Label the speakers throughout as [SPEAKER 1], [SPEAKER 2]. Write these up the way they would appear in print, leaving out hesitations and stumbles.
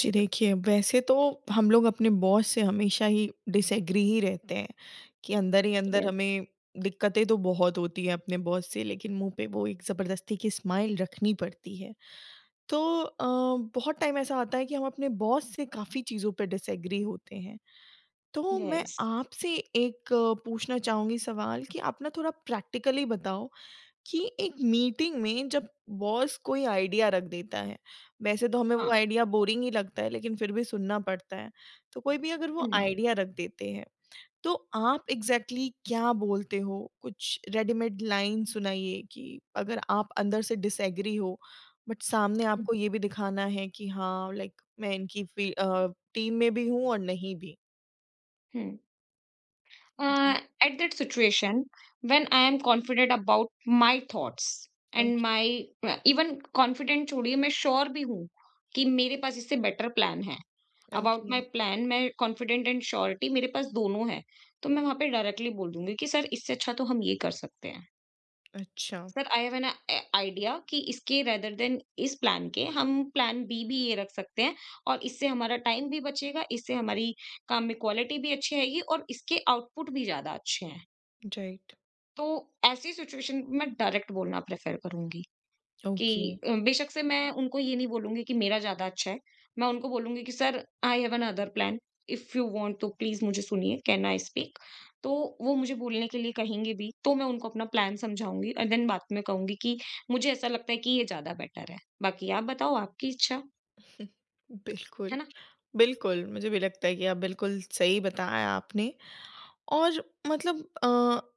[SPEAKER 1] जी देखिए, वैसे तो हम लोग अपने बॉस से हमेशा ही डिसएग्री ही रहते हैं कि अंदर ही अंदर
[SPEAKER 2] Yes,
[SPEAKER 1] हमें दिक्कतें तो बहुत होती हैं अपने बॉस से लेकिन मुँह पे वो एक ज़बरदस्ती की स्माइल रखनी पड़ती है। तो बहुत टाइम ऐसा आता है कि हम अपने बॉस से काफ़ी चीज़ों पे डिसएग्री होते हैं। तो मैं
[SPEAKER 2] yes.
[SPEAKER 1] आपसे एक पूछना चाहूँगी सवाल कि आप ना थोड़ा प्रैक्टिकली बताओ कि एक मीटिंग में जब बॉस कोई आइडिया रख देता है, वैसे तो हमें
[SPEAKER 2] Huh.
[SPEAKER 1] वो आइडिया बोरिंग ही लगता है लेकिन फिर भी सुनना पड़ता है। तो कोई भी अगर वो
[SPEAKER 2] Mm,
[SPEAKER 1] आइडिया रख देते हैं, तो आप एग्ज़ैक्टली क्या बोलते हो? कुछ रेडीमेड लाइन सुनाइए कि अगर आप अंदर से डिसएग्री हो बट सामने
[SPEAKER 2] mm,
[SPEAKER 1] आपको ये भी दिखाना है कि हाँ, लाइक मैं इनकी फी टीम में भी हूँ और नहीं भी।
[SPEAKER 2] mm.
[SPEAKER 1] जी,
[SPEAKER 2] At that situation, when I am confident about my thoughts and
[SPEAKER 1] okay,
[SPEAKER 2] my even confident छोड़िए मैं श्योर भी हूँ कि मेरे पास इससे बेटर प्लान है। About my
[SPEAKER 1] okay.
[SPEAKER 2] प्लान मैं कॉन्फिडेंट एंड श्योरिटी मेरे पास दोनों है। तो मैं वहां पे डायरेक्टली बोल दूंगी कि सर इससे अच्छा तो हम ये कर सकते हैं,
[SPEAKER 1] अच्छा,
[SPEAKER 2] sir I have an idea कि इसके रेदर देन इस प्लान के हम प्लान बी भी ये रख सकते हैं और इससे हमारा टाइम भी बचेगा, इससे हमारी काम में क्वालिटी भी अच्छी आएगी और इसके आउटपुट भी ज़्यादा अच्छे हैं।
[SPEAKER 1] राइट,
[SPEAKER 2] तो ऐसी सिचुएशन में डायरेक्ट बोलना प्रेफ़र करूँगी। कि
[SPEAKER 1] ओके।
[SPEAKER 2] बेशक से मैं उनको ये नहीं बोलूँगी कि मेरा ज़्यादा अच्छा है। मैं उनको बोलूँगी कि sir I have another plan, if you want तो प्लीज़ मुझे सुनिए, कैन आई स्पीक? तो वो मुझे बोलने के लिए कहेंगे भी, तो मैं उनको अपना प्लान समझाऊँगी एंड देन बाद में कहूँगी कि मुझे ऐसा लगता है कि ये ज़्यादा बेटर है। बाकी आप बताओ आपकी इच्छा। है
[SPEAKER 1] बिल्कुल।
[SPEAKER 2] ना?
[SPEAKER 1] बिल्कुल, मुझे भी लगता है कि आप बिल्कुल सही बताया आपने और मतलब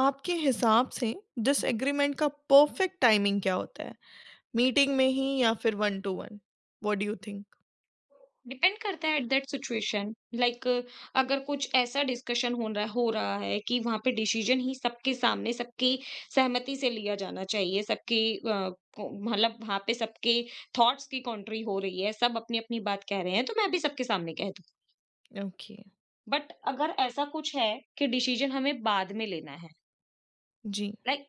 [SPEAKER 1] आपके हिसाब से डिसएग्रीमेंट का परफेक्ट टाइमिंग क्या होता है? मीटिंग में ही या फिर one two one? What do you think?
[SPEAKER 2] Depend करता है एट दैट सिचुएशन लाइक, अगर कुछ ऐसा डिस्कशन हो रहा है कि वहां पे डिसीजन ही सबके सामने सबकी सहमति से लिया जाना चाहिए, सबकी मतलब वहां पे सबके थॉट्स की कंट्री हो रही है, सब अपनी अपनी बात कह रहे हैं तो मैं भी सबके सामने कह दूं।
[SPEAKER 1] ओके,
[SPEAKER 2] बट अगर ऐसा कुछ है कि डिसीजन हमें बाद में लेना है,
[SPEAKER 1] जी,
[SPEAKER 2] लाइक,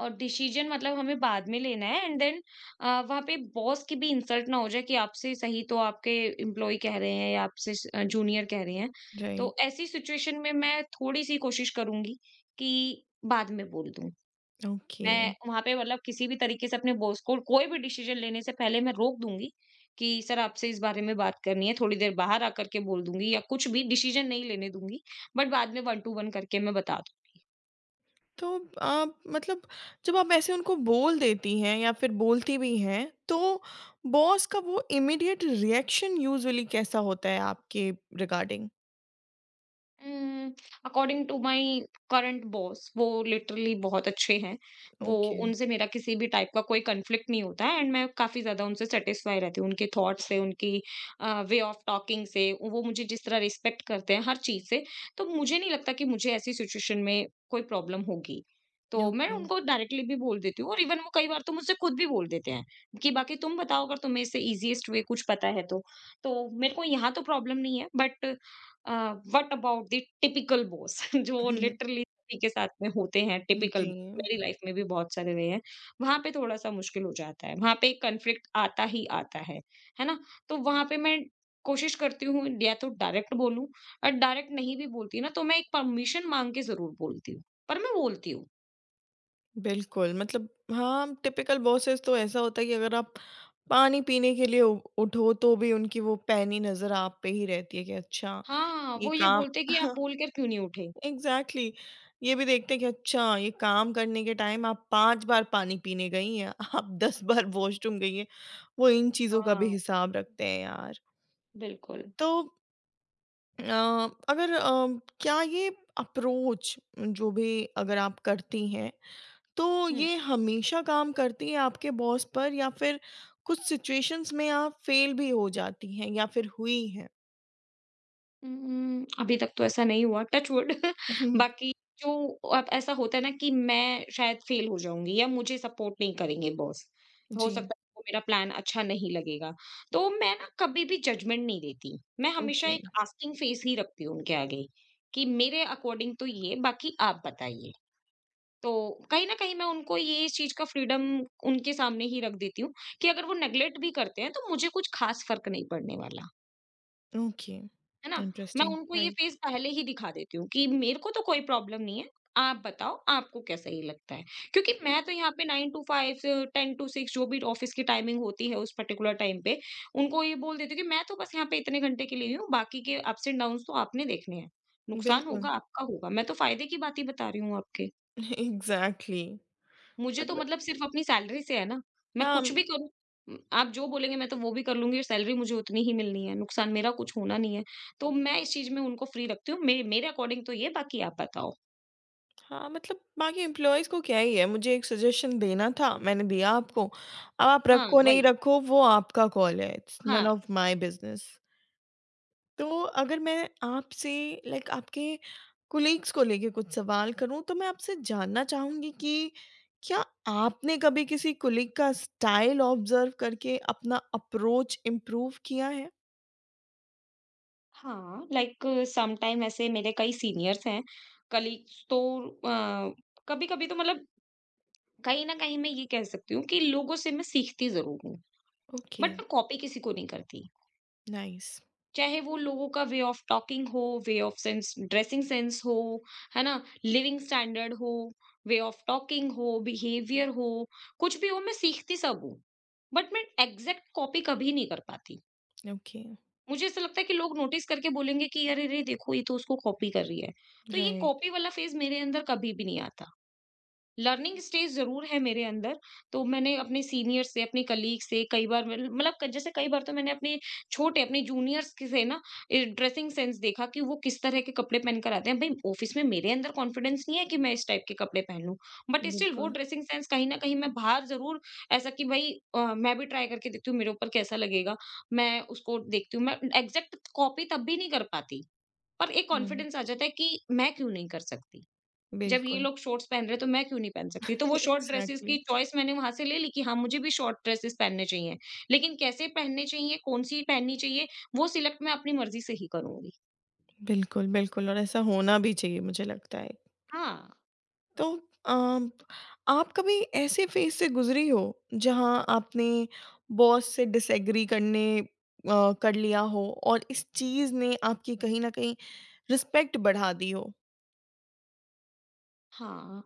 [SPEAKER 2] और डिसीजन मतलब हमें बाद में लेना है एंड देन वहाँ पे बॉस की भी इंसल्ट ना हो जाए कि आपसे सही तो आपके एम्प्लॉय कह रहे हैं या आपसे जूनियर कह रहे हैं, तो
[SPEAKER 1] राइट,
[SPEAKER 2] ऐसी सिचुएशन में मैं थोड़ी सी कोशिश करूंगी कि बाद में बोल दूं।
[SPEAKER 1] ओके।
[SPEAKER 2] मैं वहां पे मतलब किसी भी तरीके से अपने बॉस को कोई भी डिसीजन लेने से पहले मैं रोक दूंगी कि सर आपसे इस बारे में बात करनी है, थोड़ी देर बाहर आकर के बोल दूंगी, या कुछ भी डिसीजन नहीं लेने दूंगी, बट बाद में वन टू वन करके मैं बता।
[SPEAKER 1] तो आप मतलब जब आप ऐसे उनको बोल देती हैं या फिर बोलती भी हैं, तो बॉस का वो इमीडिएट रिएक्शन यूजुअली कैसा होता है आपके regarding?
[SPEAKER 2] Um, according to my current boss, वो लिटरली बहुत अच्छे हैं। वो
[SPEAKER 1] ओके,
[SPEAKER 2] उनसे मेरा किसी भी टाइप का कोई कॉन्फ्लिक्ट नहीं होता है एंड मैं काफ़ी ज़्यादा उनसे सैटिस्फाई रहती हूँ। उनके थॉट्स से, उनकी वे ऑफ टॉकिंग से, वो मुझे जिस तरह रिस्पेक्ट करते हैं हर चीज़ से, तो मुझे नहीं लगता कि मुझे ऐसी सिचुएशन में कोई प्रॉब्लम होगी। तो मैं
[SPEAKER 1] ओके।
[SPEAKER 2] उनको डायरेक्टली भी बोल देती हूँ और इवन वो कई बार तो मुझसे खुद भी बोल देते हैं कि बाकी तुम बताओ अगर तुम्हें इससे ईज़ीएस्ट वे कुछ पता है तो। तो मेरे को यहाँ तो प्रॉब्लम नहीं है but what about the typical boss जो लिटरली सभी के साथ में होते हैं। टिपिकल
[SPEAKER 1] जी।
[SPEAKER 2] बॉस मेरी लाइफ में भी बहुत सारे रहे हैं, वहां पे थोड़ा सा मुश्किल हो जाता है, वहां पे एक कॉन्फ्लिक्ट आता ही आता है ना? तो वहां पे मैं कोशिश करती हूँ या तो डायरेक्ट बोलूं, और डायरेक्ट नहीं भी बोलती ना तो मैं एक परमिशन मांग के जरूर बोलती हूँ, पर मैं बोलती हूँ।
[SPEAKER 1] बिल्कुल, मतलब हाँ, टिपिकल बॉसेस तो ऐसा होता है कि अगर आप पानी पीने के लिए उ उठो तो भी उनकी वो पैनी नज़र आप पे ही रहती है कि अच्छा,
[SPEAKER 2] हाँ,
[SPEAKER 1] ये
[SPEAKER 2] वो ये
[SPEAKER 1] काम
[SPEAKER 2] बोलते कि आप
[SPEAKER 1] हाँ,
[SPEAKER 2] बोल कर क्यों नहीं उठे।
[SPEAKER 1] एग्ज़ैक्टली। ये भी देखते हैं कि अच्छा, ये काम करने के टाइम आप 5 बार पानी पीने गई हैं, आप 10 बार वॉशरूम गई हैं, वो इन चीज़ों का
[SPEAKER 2] हाँ,
[SPEAKER 1] भी हिसाब रखते हैं यार।
[SPEAKER 2] बिल्कुल।
[SPEAKER 1] तो अ, अगर क्या ये अप्रोच जो भी अगर आप करती हैं तो ये हमेशा काम करती है आपके बॉस पर या फिर कुछ सिचुएशंस में आप फेल भी हो जाती हैं या फिर हुई हैं?
[SPEAKER 2] अभी तक तो ऐसा नहीं हुआ, टच वुड। बाकी जो अब ऐसा होता है ना कि मैं शायद फेल हो जाऊँगी या मुझे सपोर्ट नहीं करेंगे बॉस। हो
[SPEAKER 1] जी,
[SPEAKER 2] सकता है उनको मेरा प्लान अच्छा नहीं लगेगा। तो मैं ना कभी भी जजमेंट नहीं देती। मैं हमेशा
[SPEAKER 1] ओके,
[SPEAKER 2] एक आस्किंग फेस ही रखती हूँ उनके आगे कि मेरे अकॉर्डिंग तो ये, बाकी आप बताइए। तो कहीं न कहीं मैं उनको ये इस चीज़ का फ्रीडम उनके सामने ही रख देती हूँ कि अगर वो नेगलेक्ट भी करते हैं तो मुझे कुछ ख़ास फ़र्क नहीं पड़ने वाला।
[SPEAKER 1] ओके,
[SPEAKER 2] है ना? मैं
[SPEAKER 1] इंटरेस्टिंग,
[SPEAKER 2] उनको ये फेस
[SPEAKER 1] राइट,
[SPEAKER 2] पहले ही दिखा देती हूँ कि मेरे को तो कोई प्रॉब्लम नहीं है। आप बताओ आपको क्या सही लगता है? क्योंकि मैं तो यहाँ पे 9 टू 5, 10 टू 6 जो भी ऑफ़िस की टाइमिंग होती है उस पर्टिकुलर टाइम पे, उनको ये बोल देती हूँ कि मैं तो बस यहाँ पे इतने घंटे के लिए ही हूँ, बाकी के अप्स एंड डाउन्स तो आपने देखने हैं। नुकसान होगा
[SPEAKER 1] बिल्कुल,
[SPEAKER 2] आपका होगा, मैं तो फ़ायदे की बात ही बता रही हूँ आपके।
[SPEAKER 1] एग्ज़ैक्टली।
[SPEAKER 2] मुझे तो
[SPEAKER 1] मतलब
[SPEAKER 2] मतलब सिर्फ अपनी सैलरी से है ना, मैं
[SPEAKER 1] हाँ,
[SPEAKER 2] कुछ भी करूँ, आप जो बोलेंगे मैं तो वो भी कर लूँगी और सैलरी मुझे उतनी ही मिलनी है, नुकसान मेरा कुछ होना नहीं है। तो मैं इस चीज़ में उनको फ्री रखती हूँ, मे मेरे अकॉर्डिंग तो ये, बाकी आप बताओ।
[SPEAKER 1] हाँ, मतलब बाकी एम्प्लॉइज़ को क्या ही है, मुझे एक सजेशन देना था, मैंने दिया आपको, अब आप
[SPEAKER 2] हाँ,
[SPEAKER 1] रखो नहीं
[SPEAKER 2] वही।
[SPEAKER 1] रखो वो आपका कॉल है, इट्स नॉन
[SPEAKER 2] हाँ,
[SPEAKER 1] ऑफ माय बिज़नेस। तो अगर मैं आपसे लाइक आपके कोलीग्स को लेके कुछ सवाल करूं तो मैं आपसे जानना चाहूंगी कि क्या आपने कभी किसी कोलीग का स्टाइल ऑब्जर्व करके अपना अप्रोच इम्प्रूव किया है।
[SPEAKER 2] हाँ, लाइक सम टाइम ऐसे मेरे कई सीनियर्स हैं, कलीग्स तो अ, कभी-कभी तो मतलब कहीं न कहीं मैं ये कह सकती हूँ कि लोगों से मैं सीखती ज़रूर हूँ, बट
[SPEAKER 1] ओके।
[SPEAKER 2] मैं कॉपी किसी को नहीं करती।
[SPEAKER 1] नाइस।
[SPEAKER 2] चाहे वो लोगों का वे ऑफ टॉकिंग हो, way of sense dressing sense हो, है ना, लिविंग स्टैंडर्ड हो, वे ऑफ टॉकिंग हो, बिहेवियर हो, कुछ भी हो, मैं सीखती सब हूँ, बट मैं एग्जैक्ट कॉपी कभी नहीं कर पाती।
[SPEAKER 1] ओके।
[SPEAKER 2] मुझे ऐसा लगता है कि लोग नोटिस करके बोलेंगे कि अरे रे देखो ये तो उसको कॉपी कर रही है, तो ये
[SPEAKER 1] राइट।
[SPEAKER 2] कॉपी वाला फेज मेरे अंदर कभी भी नहीं आता। लर्निंग स्टेज ज़रूर है मेरे अंदर, तो मैंने अपने सीनियर से, अपने कलीग से कई बार, मैंने मतलब क जैसे कई बार तो मैंने अपने छोटे, अपने जूनियर्स की से ना ड्रेसिंग सेंस देखा कि वो किस तरह के कपड़े पहनकर आते हैं। भई ऑफ़िस में मेरे अंदर कॉन्फिडेंस नहीं है कि मैं इस टाइप के कपड़े पहन लूँ, बट स्टिल वो
[SPEAKER 1] बिल्कुल।
[SPEAKER 2] ड्रेसिंग सेंस कहीं न कहीं मैं बाहर ज़रूर, ऐसा कि भई मैं भी ट्राई करके देखती हूँ मेरे ऊपर कैसा लगेगा, मैं उसको देखती हूँ। मैं एग्ज़ैक्ट कॉपी तब भी नहीं कर पाती, पर एक
[SPEAKER 1] हम्म,
[SPEAKER 2] कॉन्फिडेंस आ जाता है कि मैं क्यों नहीं कर सकती? जब ये
[SPEAKER 1] बिल्कुल।
[SPEAKER 2] लोग शॉर्ट्स पहन रहे हैं तो मैं क्यों नहीं पहन सकती? तो वो शॉर्ट ड्रेसेस
[SPEAKER 1] एग्जैक्टली।
[SPEAKER 2] की चॉइस मैंने वहाँ से ले ली कि हाँ, मुझे भी शॉर्ट ड्रेसेस पहनने चाहिए। लेकिन कैसे पहनने चाहिए, कौन-सी पहननी चाहिए, वो सिलेक्ट मैं अपनी मर्ज़ी से ही करूँगी।
[SPEAKER 1] बिल्कुल बिल्कुल और ऐसा होना भी चाहिए मुझे लगता है।
[SPEAKER 2] हाँ।
[SPEAKER 1] तो अम, आप कभी ऐसे फेज से गुजरी हो जहां आपने बॉस से डिसएग्री करने कर लिया हो और इस चीज ने आपकी कहीं ना कहीं रिस्पेक्ट बढ़ा दी हो।
[SPEAKER 2] हाँ,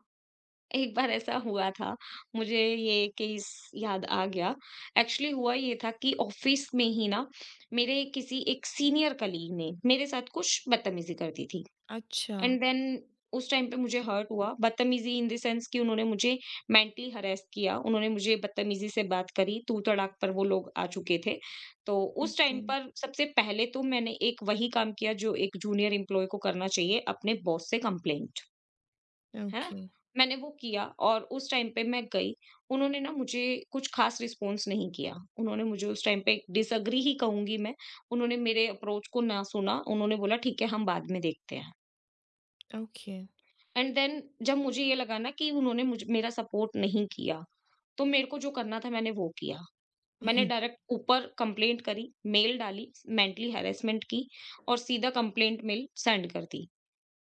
[SPEAKER 2] एक बार ऐसा हुआ था, मुझे ये केस याद आ गया। एक्चुअली हुआ ये था कि ऑफ़िस में ही ना मेरे किसी एक सीनियर कलीग ने मेरे साथ कुछ बदतमीज़ी कर दी थी।
[SPEAKER 1] अच्छा।
[SPEAKER 2] एंड देन उस टाइम पे मुझे हर्ट हुआ, बदतमीज़ी इन द सेंस कि उन्होंने मुझे मेंटली हरैस किया, उन्होंने मुझे बदतमीज़ी से बात करी, तू-तड़ाक पर वो लोग आ चुके थे। तो उस टाइम
[SPEAKER 1] ओके।
[SPEAKER 2] पर सबसे पहले तो मैंने एक वही काम किया जो एक जूनियर एम्प्लॉयी को करना चाहिए, अपने बॉस से कंप्लेंट, है ना?
[SPEAKER 1] ओके।
[SPEAKER 2] मैंने वो किया और उस टाइम पे मैं गई, उन्होंने ना मुझे कुछ ख़ास रिस्पॉन्स नहीं किया। उन्होंने मुझे उस टाइम पे डिसएग्री ही कहूँगी मैं, उन्होंने मेरे अप्रोच को ना सुना, उन्होंने बोला ठीक है हम बाद में देखते हैं।
[SPEAKER 1] ओके।
[SPEAKER 2] एंड देन जब मुझे ये लगा ना कि उन्होंने मुझे मेरा सपोर्ट नहीं किया, तो मेरे को जो करना था मैंने वो किया। मैंने डायरेक्ट ऊपर कंप्लेंट करी, मेल डाली, मेंटली हैरेसमेंट की और सीधा कंप्लेंट मेल सेंड कर दी।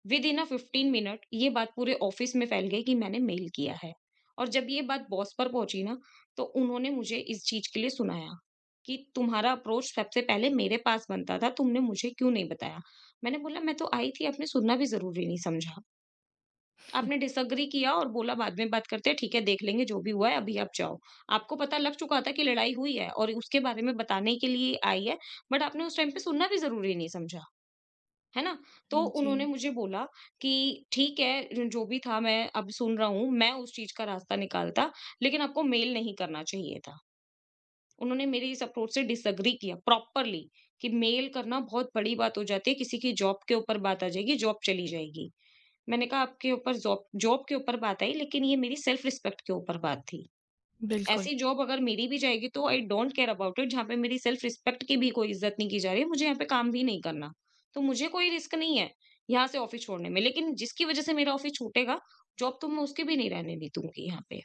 [SPEAKER 2] विद इन अ 15 मिनट ये बात पूरे ऑफिस में फैल गई कि मैंने मेल किया है। और जब ये बात बॉस पर पहुँची ना, तो उन्होंने मुझे इस चीज़ के लिए सुनाया कि तुम्हारा अप्रोच सबसे पहले मेरे पास बनता था, तुमने मुझे क्यों नहीं बताया? मैंने बोला मैं तो आई थी, आपने सुनना भी ज़रूरी नहीं समझा। आपने डिसएग्री किया और बोला बाद में बात करते हैं, ठीक है देख लेंगे जो भी हुआ है अभी आप जाओ। आपको पता लग चुका था कि लड़ाई हुई है और उसके बारे में बताने के लिए आई है, बट आपने उस टाइम पे सुनना भी ज़रूरी नहीं समझा, है ना? तो उन्होंने
[SPEAKER 1] जी।
[SPEAKER 2] मुझे बोला कि ठीक है, जो भी था मैं अब सुन रहा हूँ, मैं उस चीज़ का रास्ता निकालता, लेकिन आपको मेल नहीं करना चाहिए था। उन्होंने मेरी इस अप्रोच से डिसएग्री किया प्रॉपरली कि मेल करना बहुत बड़ी बात हो जाती है, किसी की जॉब के ऊपर बात आ जाएगी, जॉब चली जाएगी। मैंने कहा आपके ऊपर ज़ॉब जॉब के ऊपर बात आई लेकिन ये मेरी सेल्फ रिस्पेक्ट के ऊपर बात थी।
[SPEAKER 1] बिल्कुल।
[SPEAKER 2] ऐसी जॉब अगर मेरी भी जाएगी तो I don't care about it, जहाँ पे मेरी सेल्फ रिस्पेक्ट की भी कोई इज़्ज़त नहीं की जा रही है, मुझे यहाँ पे काम भी नहीं करना। तो मुझे कोई रिस्क नहीं है, यहाँ से ऑफ़िस छोड़ने में, लेकिन जिसकी वज़ह से मेरा ऑफ़िस छूटेगा, जॉब तो मैं उसकी भी नहीं रहने दी दूँगी यहाँ पे,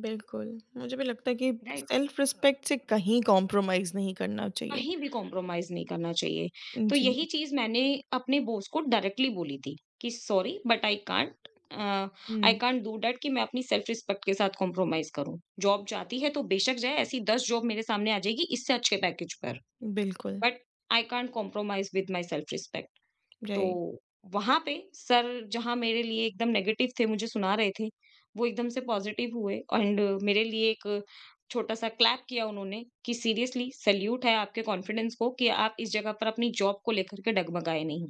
[SPEAKER 1] बिल्कुल, मुझे भी लगता है कि
[SPEAKER 2] राइट?
[SPEAKER 1] सेल्फ रिस्पेक्ट से कहीं कॉम्प्रोमाइज नहीं करना चाहिए।
[SPEAKER 2] कहीं भी कॉम्प्रोमाइज़ नहीं करना चाहिए। तो
[SPEAKER 1] जी।
[SPEAKER 2] यही चीज़ मैंने अपने बॉस को डायरेक्टली बोली थी कि sorry but I can't uh, I
[SPEAKER 1] hmm.
[SPEAKER 2] Can't do that कि मैं अपनी सेल्फ रिस्पेक्ट के साथ कॉम्प्रोमाइज़ करूँ। जॉब जाती है तो बेशक जाए, ऐसी 10 जॉब मेरे सामने आ जाएगी इससे अच्छे पैकेज पर,
[SPEAKER 1] बिल्कुल।
[SPEAKER 2] But I can't compromise with my self respect. तो
[SPEAKER 1] राइट।
[SPEAKER 2] वहाँ पे सर, जहाँ मेरे लिए एकदम नेगेटिव थे, मुझे सुना रहे थे, वो एकदम से पॉज़िटिव हुए एंड मेरे लिए एक छोटा-सा क्लैप किया उन्होंने कि सीरियसली सैल्यूट है आपके कॉन्फिडेंस को कि आप इस जगह पर अपनी जॉब को लेकर के डगमगाए नहीं।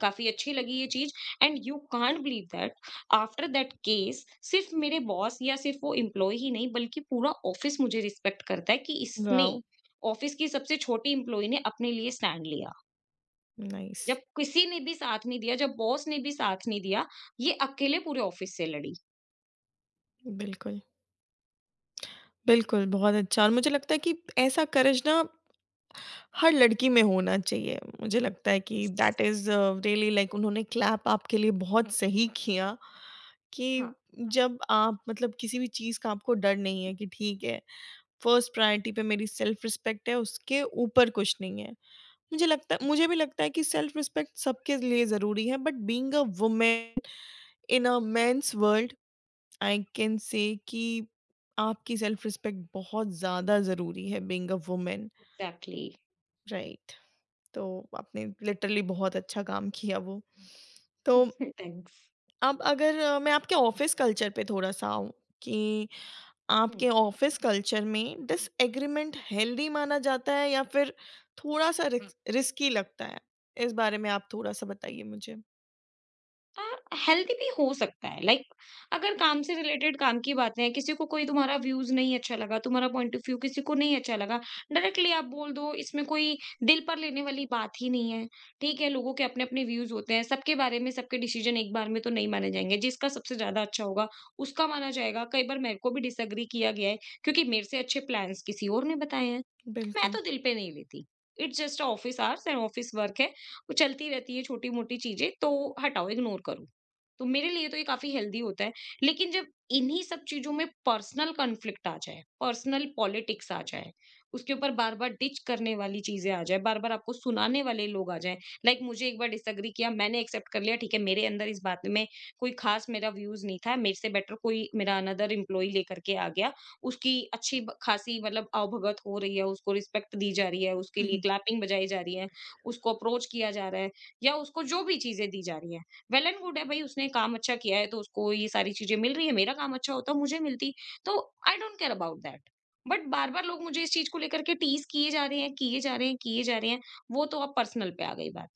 [SPEAKER 2] काफ़ी अच्छी लगी ये चीज़। And you can't believe that, after that case सिर्फ़ मेरे बॉस या सिर्फ़ वो एम्प्लॉयी ही नहीं, बल्कि पूरा ऑफ़िस मुझे रिस्पेक्ट करता है कि इसने,
[SPEAKER 1] वाओ।
[SPEAKER 2] ऑफ़िस की सबसे छोटी एम्प्लॉयी ने, अपने लिए स्टैंड लिया।
[SPEAKER 1] नाइस।
[SPEAKER 2] जब किसी ने भी साथ नहीं दिया, जब बॉस ने भी साथ नहीं दिया, ये अकेले पूरे ऑफिस से लड़ी।
[SPEAKER 1] बिल्कुल। बिल्कुल, बहुत अच्छा और मुझे लगता है कि ऐसा करेज ना हर लड़की में होना चाहिए। मुझे लगता है कि
[SPEAKER 2] yes,
[SPEAKER 1] that is really like उन्होंने क्लैप आपके लिए बहुत सही किया कि
[SPEAKER 2] हाँ।
[SPEAKER 1] जब आप मतलब किसी भी चीज़ का आपको डर नहीं है कि ठीक है, फर्स्ट प्रायोरिटी पे मेरी सेल्फ रिस्पेक्ट है, उसके ऊपर कुछ नहीं है। मुझे लगता है मुझे भी लगता है कि सेल्फ रिस्पेक्ट सबके लिए ज़रूरी है but being a woman in a men's world I can say कि आपकी सेल्फ रिस्पेक्ट बहुत ज़्यादा ज़रूरी है being a woman.
[SPEAKER 2] Exactly.
[SPEAKER 1] Right. तो आपने लिटरली बहुत अच्छा काम किया वो। तो
[SPEAKER 2] थैंक्स।
[SPEAKER 1] अब अगर मैं आपके ऑफिस कल्चर पे थोड़ा सा आऊँ कि आपके ऑफिस कल्चर में डिसएग्रीमेंट हेल्दी माना जाता है या फिर थोड़ा सा रिस्की लगता है इस बारे में आप थोड़ा सा बताइए मुझे।
[SPEAKER 2] अ, हेल्दी भी हो सकता है। लाइक, अगर काम से रिलेटेड काम की बातें हैं, किसी को कोई तुम्हारा व्यूज नहीं अच्छा लगा, तुम्हारा पॉइंट ऑफ व्यू किसी को नहीं अच्छा लगा, डायरेक्टली आप बोल दो, इसमें कोई दिल पर लेने वाली बात ही नहीं है। ठीक है, लोगों के अपने अपने व्यूज होते हैं सबके बारे में, सबके डिसीजन एक बार में तो नहीं माने जाएंगे, जिसका सबसे ज्यादा अच्छा होगा उसका माना जाएगा। कई बार मेरे को भी डिसएग्री किया गया है, क्योंकि मेरे से अच्छे प्लान्स किसी और ने बताए हैं। तो मैं
[SPEAKER 1] बिल्कुल।
[SPEAKER 2] तो दिल पे नहीं लेती, it's just office hours and office work है, वो चलती रहती है छोटी-मोटी चीज़ें, तो हटाओ, इग्नोर करो। तो मेरे लिए तो ये काफ़ी हेल्दी होता है। लेकिन जब इन्हीं सब चीज़ों में पर्सनल कॉन्फ्लिक्ट आ जाए, पर्सनल पॉलिटिक्स आ जाए, उसके ऊपर बार-बार डिच करने वाली चीज़ें आ जाए, बार-बार आपको सुनाने वाले लोग आ जाएँ, लाइक, मुझे एक बार डिसएग्री किया, मैंने एक्सेप्ट कर लिया, ठीक है, मेरे अंदर इस बात में कोई ख़ास मेरा व्यूज़ नहीं था, मेरे से बेटर कोई मेरा अनदर एम्प्लॉयी लेकर के आ गया, उसकी अच्छी ब खासी मतलब आवभगत हो रही है, उसको रिस्पेक्ट दी जा रही है, उसके
[SPEAKER 1] हुँ,
[SPEAKER 2] लिए
[SPEAKER 1] हुँ।
[SPEAKER 2] क्लैपिंग बजाई जा रही है, उसको अप्रोच किया जा रहा है, या उसको जो भी चीज़ें दी जा रही हैं। वेल एंड गुड है भाई, उसने काम अच्छा किया है, तो उसको ये सारी चीज़ें मिल रही है, मेरा काम अच्छा होता मुझे मिलती। तो I don't care about that. But बार-बार लोग मुझे इस चीज़ को लेकर के टीज़ किए जा रहे हैं, किए जा रहे हैं, किए जा रहे हैं। वो तो अब पर्सनल पे आ गई बात,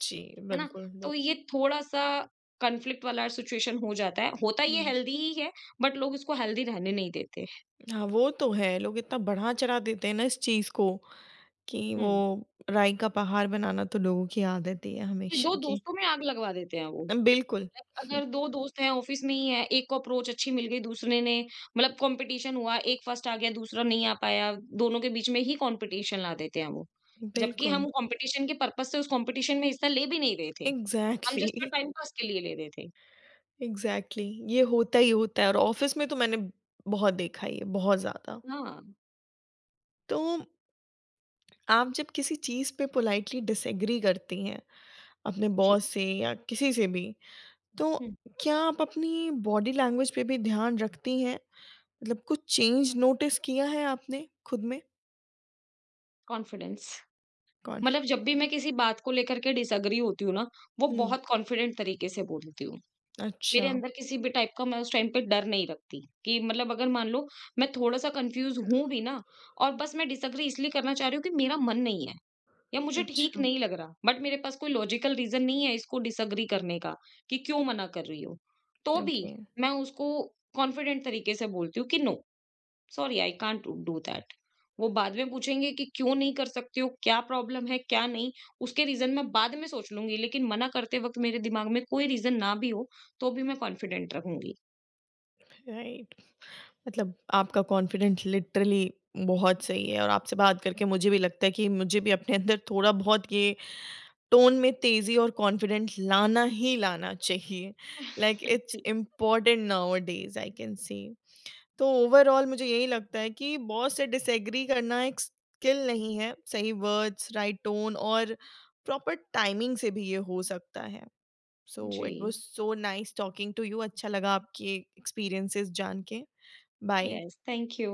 [SPEAKER 1] जी,
[SPEAKER 2] है ना?
[SPEAKER 1] बिल्कुल, वो
[SPEAKER 2] तो ये थोड़ा-सा कॉन्फ्लिक्ट वाला सिचुएशन हो जाता है। होता ये
[SPEAKER 1] हुँ,
[SPEAKER 2] हेल्दी ही है, बट लोग इसको हेल्दी रहने नहीं देते।
[SPEAKER 1] हाँ, वो तो है, लोग इतना बढ़ा-चढ़ा देते हैं ना इस चीज़ को कि वो
[SPEAKER 2] हुँ।
[SPEAKER 1] राई का पहाड़ बनाना तो लोगों की आदत ही है
[SPEAKER 2] ये 2
[SPEAKER 1] हमेशा की।
[SPEAKER 2] दोस्तों में आग लगवा देते हैं वो।
[SPEAKER 1] बिल्कुल,
[SPEAKER 2] अगर 2 दोस्त हैं ऑफिस में ही हैं, एक को अप्रोच अच्छी मिल गई, दूसरे ने मतलब कॉम्पिटिशन हुआ, एक फर्स्ट आ गया, दूसरा नहीं आ पाया, दोनों के बीच में ही कॉम्पिटिशन ला देते हैं वो। जबकि
[SPEAKER 1] बिल्कुल,
[SPEAKER 2] हम कॉम्पिटिशन के पर्पज़ से उस कॉम्पिटिशन में हिस्सा ले भी नहीं रहे थे। हम जस्ट
[SPEAKER 1] एग्ज़ैक्टली।
[SPEAKER 2] टाइम पास के लिए ले रहे थे।
[SPEAKER 1] Exactly exactly. ये होता ही होता है और ऑफिस में तो मैंने बहुत देखा है ये बहुत ज्यादा।
[SPEAKER 2] हाँ,
[SPEAKER 1] तो आप जब किसी चीज पे पोलाइटली डिसएग्री करती हैं अपने
[SPEAKER 2] जी।
[SPEAKER 1] बॉस से या किसी से भी तो
[SPEAKER 2] हुँ,
[SPEAKER 1] क्या आप अपनी बॉडी लैंग्वेज पे भी ध्यान रखती हैं मतलब कुछ चेंज नोटिस किया है आपने खुद में।
[SPEAKER 2] कॉन्फिडेंस। मतलब
[SPEAKER 1] कॉन्फिडेंस।
[SPEAKER 2] जब भी मैं किसी बात को लेकर के डिसएग्री होती हूँ ना, वो
[SPEAKER 1] हम्म।
[SPEAKER 2] बहुत कॉन्फिडेंट तरीके से बोलती हूँ।
[SPEAKER 1] अच्छा।
[SPEAKER 2] मेरे अंदर किसी भी टाइप का मैं उस टाइम पे डर नहीं रखती कि मतलब अगर मान लो मैं थोड़ा-सा कन्फ्यूज़ हूँ भी ना, और बस मैं डिसएग्री इसलिए करना चाह रही हूँ कि मेरा मन नहीं है या मुझे ठीक
[SPEAKER 1] अच्छा।
[SPEAKER 2] नहीं लग रहा, बट मेरे पास कोई लॉजिकल रीज़न नहीं है इसको डिसएग्री करने का कि क्यों मना कर रही हो। तो भी
[SPEAKER 1] ओके।
[SPEAKER 2] मैं उसको कॉन्फिडेंट तरीके से बोलती हूँ कि no, sorry, I can't do that. वो बाद में पूछेंगे कि क्यों नहीं कर सकते हो? क्या प्रॉब्लम है? क्या नहीं? उसके रीज़न मैं बाद में सोच लूँगी, लेकिन मना करते वक़्त मेरे दिमाग में कोई रीज़न ना भी हो, तो भी मैं कॉन्फिडेंट रहूँगी।
[SPEAKER 1] राइट। मतलब आपका कॉन्फिडेंट लिटरली बहुत सही है और आपसे बात करके मुझे भी लगता है कि मुझे भी अपने अंदर थोड़ा बहुत ये टोन में तेज़ी और कॉन्फिडेंट लाना ही लाना चाहिए। लाइक इट्स
[SPEAKER 2] जी।
[SPEAKER 1] Important nowadays I can say. तो ओवरऑल मुझे यही लगता है कि बॉस से डिसएग्री करना एक स्किल नहीं है, सही वर्ड्स, राइट टोन और प्रॉपर टाइमिंग से भी ये हो सकता है। सो इट
[SPEAKER 2] जी,
[SPEAKER 1] was so nice talking to you अच्छा लगा आपके एक्सपीरियंसेस जान के। बाय।
[SPEAKER 2] Yes, thank you.